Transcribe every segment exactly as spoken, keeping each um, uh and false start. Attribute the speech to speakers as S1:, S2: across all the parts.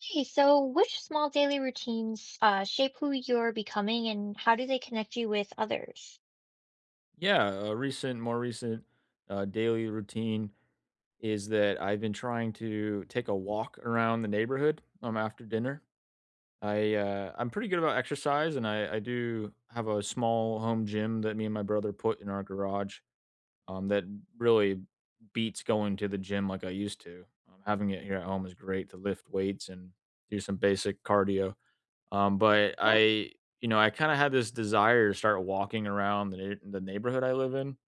S1: Hey, so which small daily routines uh, shape who you're becoming and how do they connect you with others?
S2: Yeah, a recent, more recent uh, daily routine is that I've been trying to take a walk around the neighborhood um, after dinner. I uh, I'm pretty good about exercise, and I, I do have a small home gym that me and my brother put in our garage. Um, that really beats going to the gym like I used to. Um, having it here at home is great to lift weights and do some basic cardio. Um, but
S1: Yeah.
S2: I, you know, I kind of had this desire to start walking around the neigh- the neighborhood I live in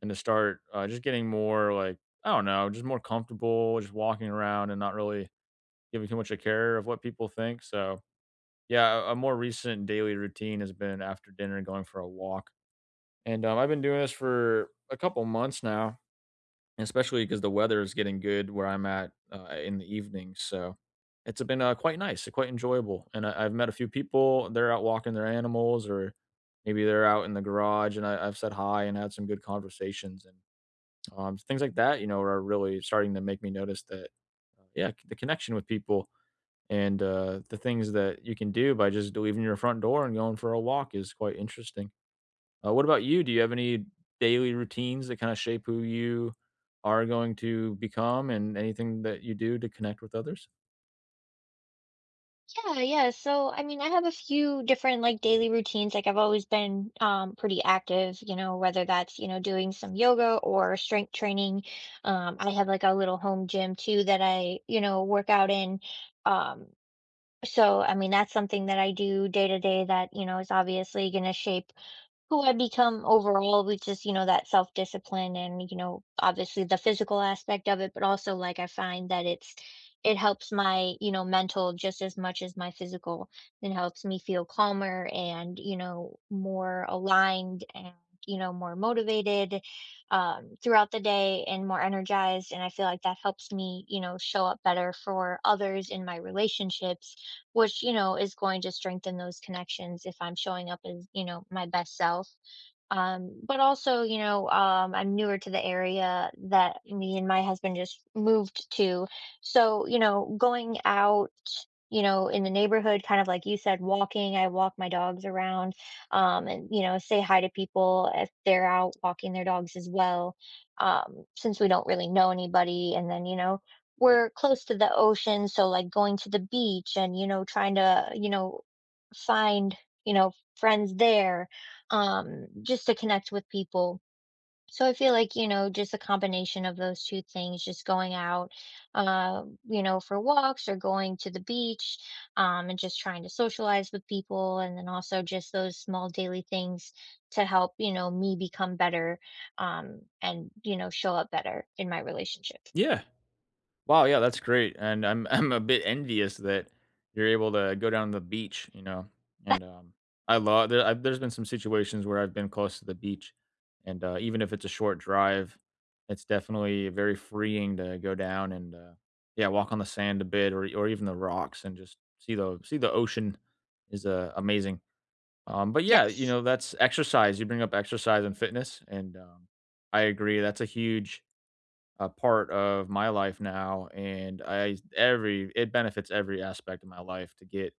S2: and to start, uh, just getting more, like, I don't know, just more comfortable just walking around and not really giving too much a care of what people think, so, yeah, a a more recent daily routine has been after dinner going for a walk, and, um, I've been doing this for a couple months now, especially because the weather is getting good where I'm at, uh, in the evening, so it's been, uh, quite nice, quite enjoyable, and I I've met a few people, they're out walking their animals or maybe they're out in the garage, and I I've said hi and had some good conversations and um, things like that, you know, are really starting to make me notice that, uh, yeah, the connection with people and uh, the things that you can do by just leaving your front door and going for a walk is quite interesting. Uh, what about you? Do you have any daily routines that kind of shape who you are going to become and anything that you do to connect with others?
S1: Yeah, yeah. So, I mean, I have a few different like daily routines. Like, I've always been um, pretty active, you know, whether that's, you know, doing some yoga or strength training. Um, I have like a little home gym too that I, you know, work out in. Um, so, I mean, that's something that I do day to day that, you know, is obviously going to shape who I become overall, which is, you know, that self discipline and, you know, obviously the physical aspect of it, but also like I find that it's, it helps my, you know, mental just as much as my physical and helps me feel calmer and, you know, more aligned and, you know, more motivated um, throughout the day and more energized. And I feel like that helps me, you know, show up better for others in my relationships which, you know, is going to strengthen those connections if I'm showing up as, you know, my best self. Um, but also, you know, um, I'm newer to the area that me and my husband just moved to. So, you know, going out, you know, in the neighborhood, kind of like you said, walking, I walk my dogs around, um, and, you know, say hi to people if they're out walking their dogs as well, um, since we don't really know anybody. And then, you know, we're close to the ocean. So, like going to the beach and, you know, trying to, you know, find, you know, friends there, um just to connect with people. So I feel like, you know, just a combination of those two things, just going out, uh you know, for walks or going to the beach, um and just trying to socialize with people, and then also just those small daily things to help, you know, me become better, um and you know show up better in my relationship.
S2: Yeah. Wow, yeah, that's great, and I'm I'm a bit envious that you're able to go down to the beach, you know, and, um, I love there I've there's been some situations where I've been close to the beach, and, uh, even if it's a short drive, it's definitely very freeing to go down and, uh, yeah, walk on the sand a bit or or even the rocks and just see the see the ocean is, uh, amazing, um, but yeah, you
S1: Yes.
S2: know, that's exercise, you bring up exercise and fitness, and, um, I agree, that's a huge a part of my life now, and I every it benefits every aspect of my life to get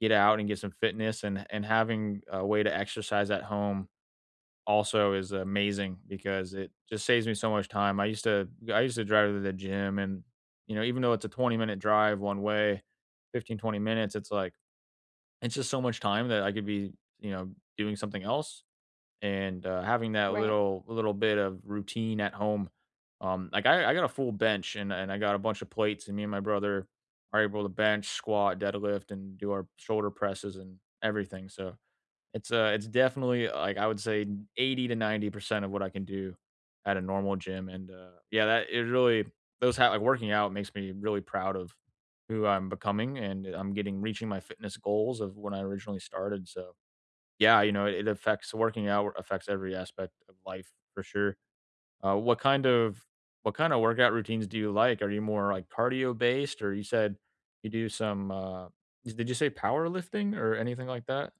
S2: get out and get some fitness and and having a way to exercise at home also is amazing because it just saves me so much time. I used to I used to drive to the gym, and you know, even though it's a twenty minute drive one way, fifteen twenty minutes, it's like it's just so much time that I could be, you know, doing something else and uh, having that
S1: Right.
S2: little little bit of routine at home. Um, like I, I got a full bench and and I got a bunch of plates, and me and my brother are able to bench, squat, deadlift, and do our shoulder presses and everything. So it's uh it's definitely uh, like I would say eighty to ninety percent of what I can do at a normal gym, and uh, yeah, that it really those ha- like working out makes me really proud of who I'm becoming, and I'm getting reaching my fitness goals of when I originally started. So yeah, you know, it it affects working out affects every aspect of life for sure. Uh, what kind of what kind of workout routines do you like? Are you more like cardio based, or you said you do some? Uh, did you say powerlifting or anything like that?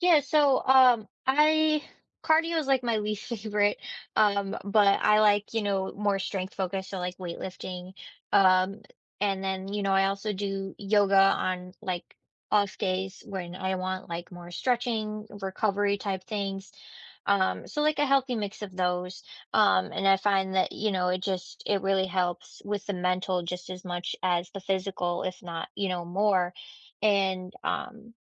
S1: Yeah, so um I cardio is like my least favorite. Um, but I like, you know, more strength focused, so like weightlifting. Um, and then, you know, I also do yoga on like off days when I want like more stretching, recovery type things. Um, so like a healthy mix of those. Um, and I find that, you know, it just it really helps with the mental just as much as the physical, if not, you know, more. And um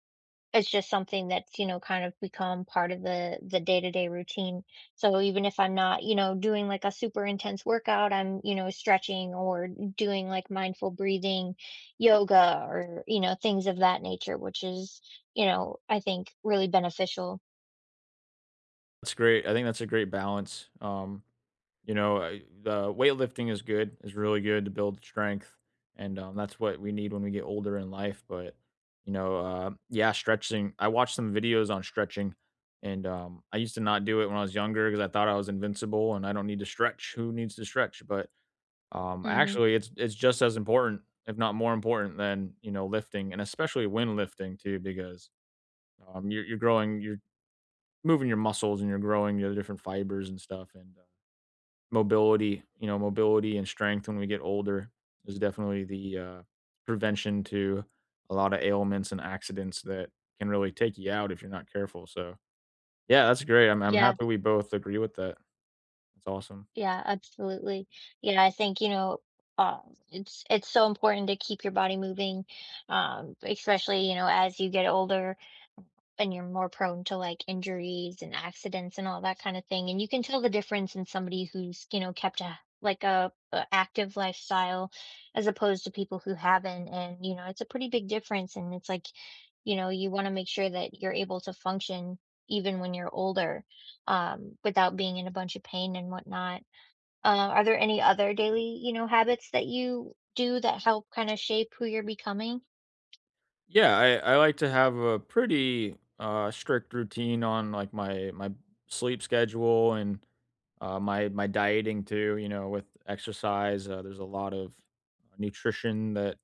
S1: it's just something that's, you know, kind of become part of the the day-to-day routine. So even if I'm not, you know, doing like a super intense workout, I'm, you know, stretching or doing like mindful breathing, yoga or, you know, things of that nature, which is, you know, I think really beneficial.
S2: That's great. I think that's a great balance. Um, you know, I, the weightlifting is good, is really good to build strength, and um, that's what we need when we get older in life. But you know, uh, yeah, stretching. I watched some videos on stretching, and um, I used to not do it when I was younger because I thought I was invincible and I don't need to stretch. Who needs to stretch? But um,
S1: Mhm.
S2: actually, it's it's just as important, if not more important, than you know lifting, and especially when lifting too, because um, you're, you're growing your moving your muscles and you're growing the different fibers and stuff and uh, mobility you know mobility and strength when we get older is definitely the uh, prevention to a lot of ailments and accidents that can really take you out if you're not careful, so yeah, that's great. i'm, I'm
S1: Yeah.
S2: happy we both agree with that. That's awesome.
S1: Yeah, absolutely. Yeah, I think, you know, um, it's it's so important to keep your body moving, um, especially, you know, as you get older. And you're more prone to like injuries and accidents and all that kind of thing. And you can tell the difference in somebody who's, you know, kept a like a, a active lifestyle as opposed to people who haven't. And, you know, it's a pretty big difference. And it's like, you know, you want to make sure that you're able to function even when you're older, um, without being in a bunch of pain and whatnot. Uh, are there any other daily, you know, habits that you do that help kind of shape who you're becoming?
S2: Yeah, I, I like to have a pretty uh, strict routine on like my my sleep schedule and uh, my my dieting too. You know, with exercise, uh, there's a lot of nutrition that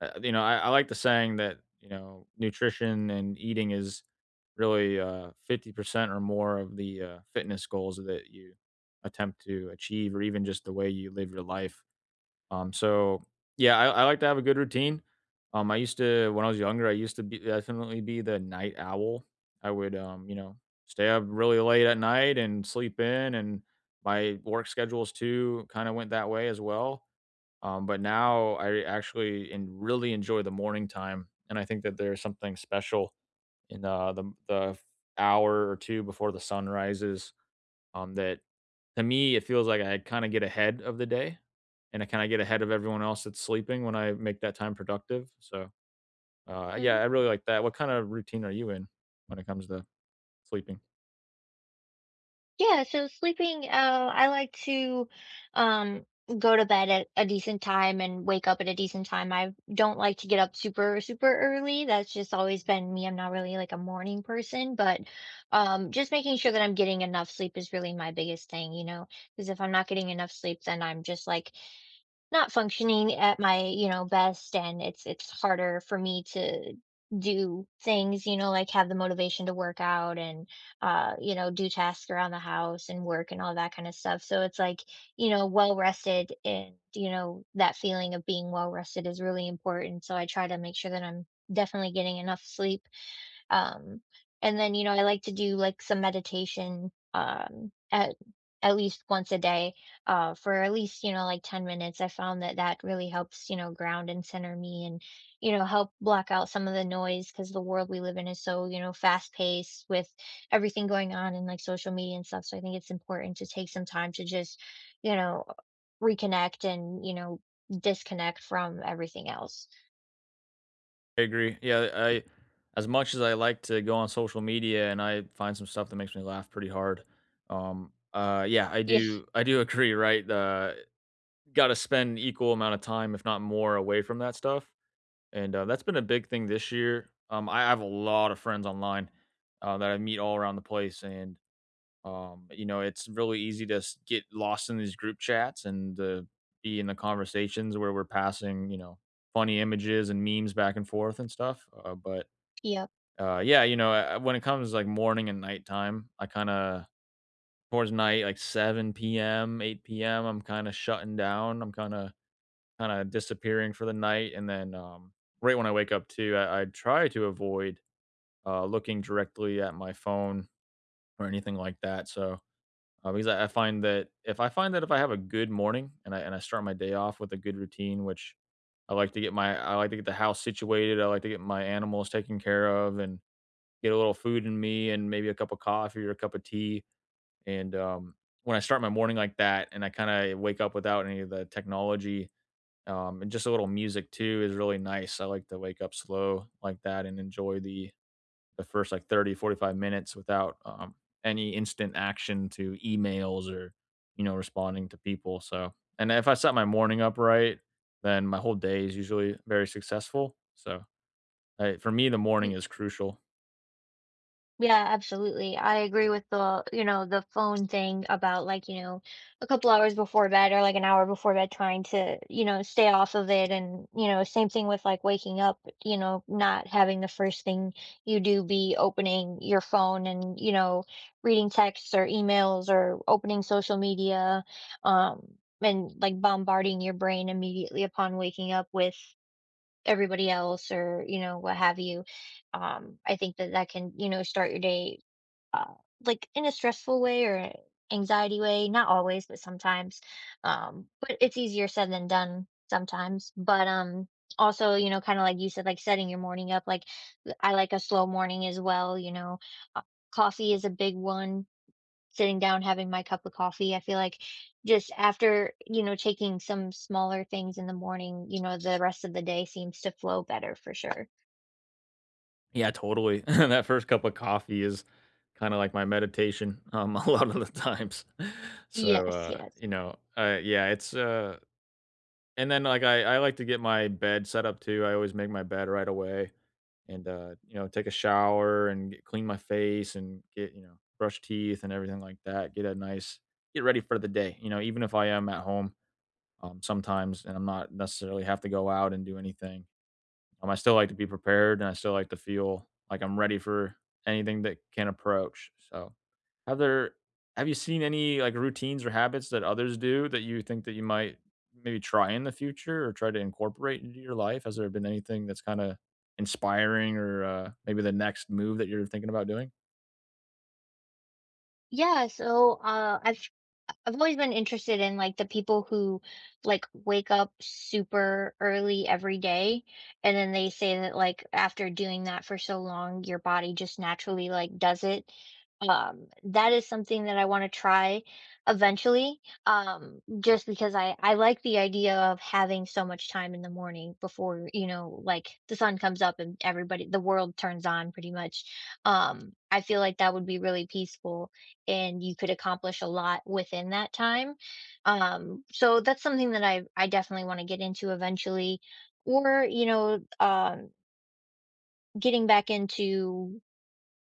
S2: uh, you know. I, I like the saying that you know nutrition and eating is really uh, fifty percent or more of the uh, fitness goals that you attempt to achieve, or even just the way you live your life. Um, so yeah, I, I like to have a good routine. Um, I used to, when I was younger, I used to be definitely be the night owl. I would um, you know, stay up really late at night and sleep in, and my work schedules too kind of went that way as well. Um, but now I actually and really enjoy the morning time. And I think that there's something special in uh, the the hour or two before the sun rises um, that to me, it feels like I kind of get ahead of the day and I kind of get ahead of everyone else that's sleeping when I make that time productive. So, uh, yeah,
S1: Mm-hmm.
S2: I really like that. What kind of routine are you in when it comes to sleeping?
S1: Yeah, so sleeping, uh, I like to um go to bed at a decent time and wake up at a decent time. I don't like to get up super, super early. That's just always been me. I'm not really like a morning person, but um just making sure that I'm getting enough sleep is really my biggest thing, you know, because if I'm not getting enough sleep, then I'm just like not functioning at my, you know, best and it's it's harder for me to do things, you know, like have the motivation to work out and uh, you know, do tasks around the house and work and all that kind of stuff. So it's like, you know, well rested and you know, that feeling of being well rested is really important. So I try to make sure that I'm definitely getting enough sleep. Um, and then, you know, I like to do like some meditation um, at at least once a day, uh, for at least, you know, like ten minutes. I found that that really helps, you know, ground and center me, and you know, help block out some of the noise because the world we live in is so, you know, fast paced with everything going on and like social media and stuff. So I think it's important to take some time to just, you know, reconnect and, you know, disconnect from everything else.
S2: I agree. Yeah, I as much as I like to go on social media and I find some stuff that makes me laugh pretty hard. Um, uh, yeah, I
S1: Yeah.
S2: do. I do agree. Right, uh, got to spend equal amount of time, if not more, away from that stuff. And, uh, that's been a big thing this year. Um, I have a lot of friends online, uh, that I meet all around the place, and, um, you know, it's really easy to s get lost in these group chats and, uh, be in the conversations where we're passing, you know, funny images and memes back and forth and stuff, uh, but, uh, yeah, you know, uh, when it comes, like, morning and nighttime, I kinda towards night, like, seven p m, eight p m, I'm kinda shutting down, I'm kinda kinda disappearing for the night, and then, um, right when I wake up too, I I try to avoid, uh, looking directly at my phone or anything like that, so, uh, because I I find that if I find that if I have a good morning and I and I start my day off with a good routine, which I like to get my I like to get the house situated, I like to get my animals taken care of and get a little food in me and maybe a cup of coffee or a cup of tea, and, um, when I start my morning like that and I kinda wake up without any of the technology um, and just a little music too is really nice. I like to wake up slow like that and enjoy the the first like thirty forty five minutes without um, any instant action to emails or, you know, responding to people. So, and if I set my morning up right, then my whole day is usually very successful. So, I, for me, the morning
S1: Yep.
S2: is crucial.
S1: Yeah, absolutely. I agree with the, you know, the phone thing about like, you know, a couple hours before bed or like an hour before bed trying to, you know, stay off of it. And, you know, same thing with like waking up, you know, not having the first thing you do be opening your phone and, you know, reading texts or emails or opening social media, um, and like bombarding your brain immediately upon waking up with everybody else or, you know, what have you. um I think that that can, you know, start your day uh, like in a stressful way or a anxiety way, not always but sometimes. Um but it's easier said than done sometimes. But um also, you know, kind of like you said, like setting your morning up like, th- I like a slow morning as well, you know. uh, Coffee is a big one. Sitting down, having my cup of coffee. I feel like just after, you know, taking some smaller things in the morning, you know, the rest of the day seems to flow better for sure.
S2: Yeah, totally. That first cup of coffee is kind of like my meditation um, a lot of the times. So,
S1: Yes,
S2: uh,
S1: yes.
S2: you know, uh, yeah, it's uh, and then, like, I I like to get my bed set up too, I always make my bed right away and, uh, you know, take a shower and get clean my face and get you know, brush teeth and everything like that, get a nice get ready for the day, you know, even if I am at home, um, sometimes, and I'm not necessarily have to go out and do anything. Um, I still like to be prepared, and I still like to feel like I'm ready for anything that can approach. So, have there have you seen any like routines or habits that others do that you think that you might maybe try in the future or try to incorporate into your life? Has there been anything that's kind of inspiring or uh, maybe the next move that you're thinking about doing?
S1: Yeah, so uh I've I've always been interested in like the people who like wake up super early every day, and then they say that like after doing that for so long your body just naturally like does it. Um that is something that I want to try eventually. Um just because I I like the idea of having so much time in the morning before, you know, like the sun comes up and everybody the world turns on pretty much. um I feel like that would be really peaceful and you could accomplish a lot within that time. Um so that's something that I I definitely want to get into eventually, or you know, um getting back into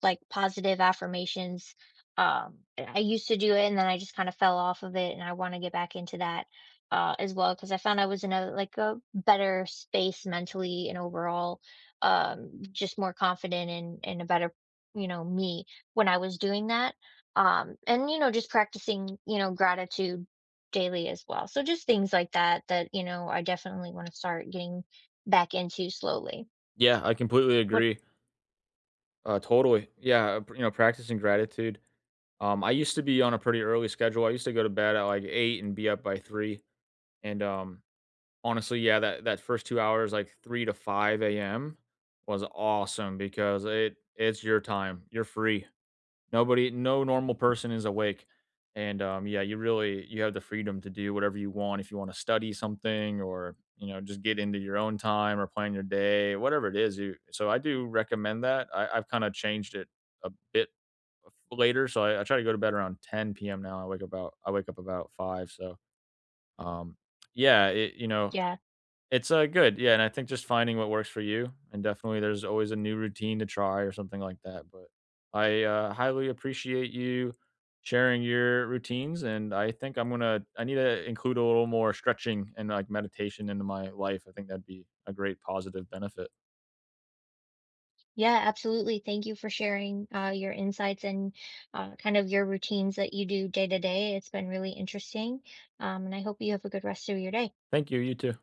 S1: like positive affirmations. Um, I used to do it and then I just kind of fell off of it and I want to get back into that, uh, as well because I found I was in a like a better space mentally and overall, um, just more confident and and a better, you know, me when I was doing that. Um, and you know just practicing, you know, gratitude daily as well. So just things like that that, you know, I definitely want to start getting back into slowly.
S2: Yeah, I completely
S1: What?
S2: agree. Uh, totally. Yeah, pr- you know, practicing gratitude. Um, I used to be on a pretty early schedule. I used to go to bed at like eight and be up by three. And um, honestly, yeah, that that first two hours, like three to five a m, was awesome because it it's your time. You're free. Nobody no normal person is awake. And, um, yeah, you really you have the freedom to do whatever you want if you wanna study something or, you know, just get into your own time or plan your day, whatever it is, you so I do recommend that. I I've kinda changed it a bit later, so I I try to go to bed around ten p m now. I wake about I wake up about five, so, um, yeah, it you know,
S1: Yeah.
S2: it's, uh, good, yeah, and I think just finding what works for you, and definitely there's always a new routine to try or something like that, but I, uh, highly appreciate you sharing your routines, and I think I'm gonna I need to include a little more stretching and, like, meditation into my life. I think that'd be a great positive benefit.
S1: Yeah, absolutely. Thank you for sharing uh, your insights and uh, kind of your routines that you do day to day. It's been really interesting. Um, and I hope you have a good rest of your day.
S2: Thank you, you too.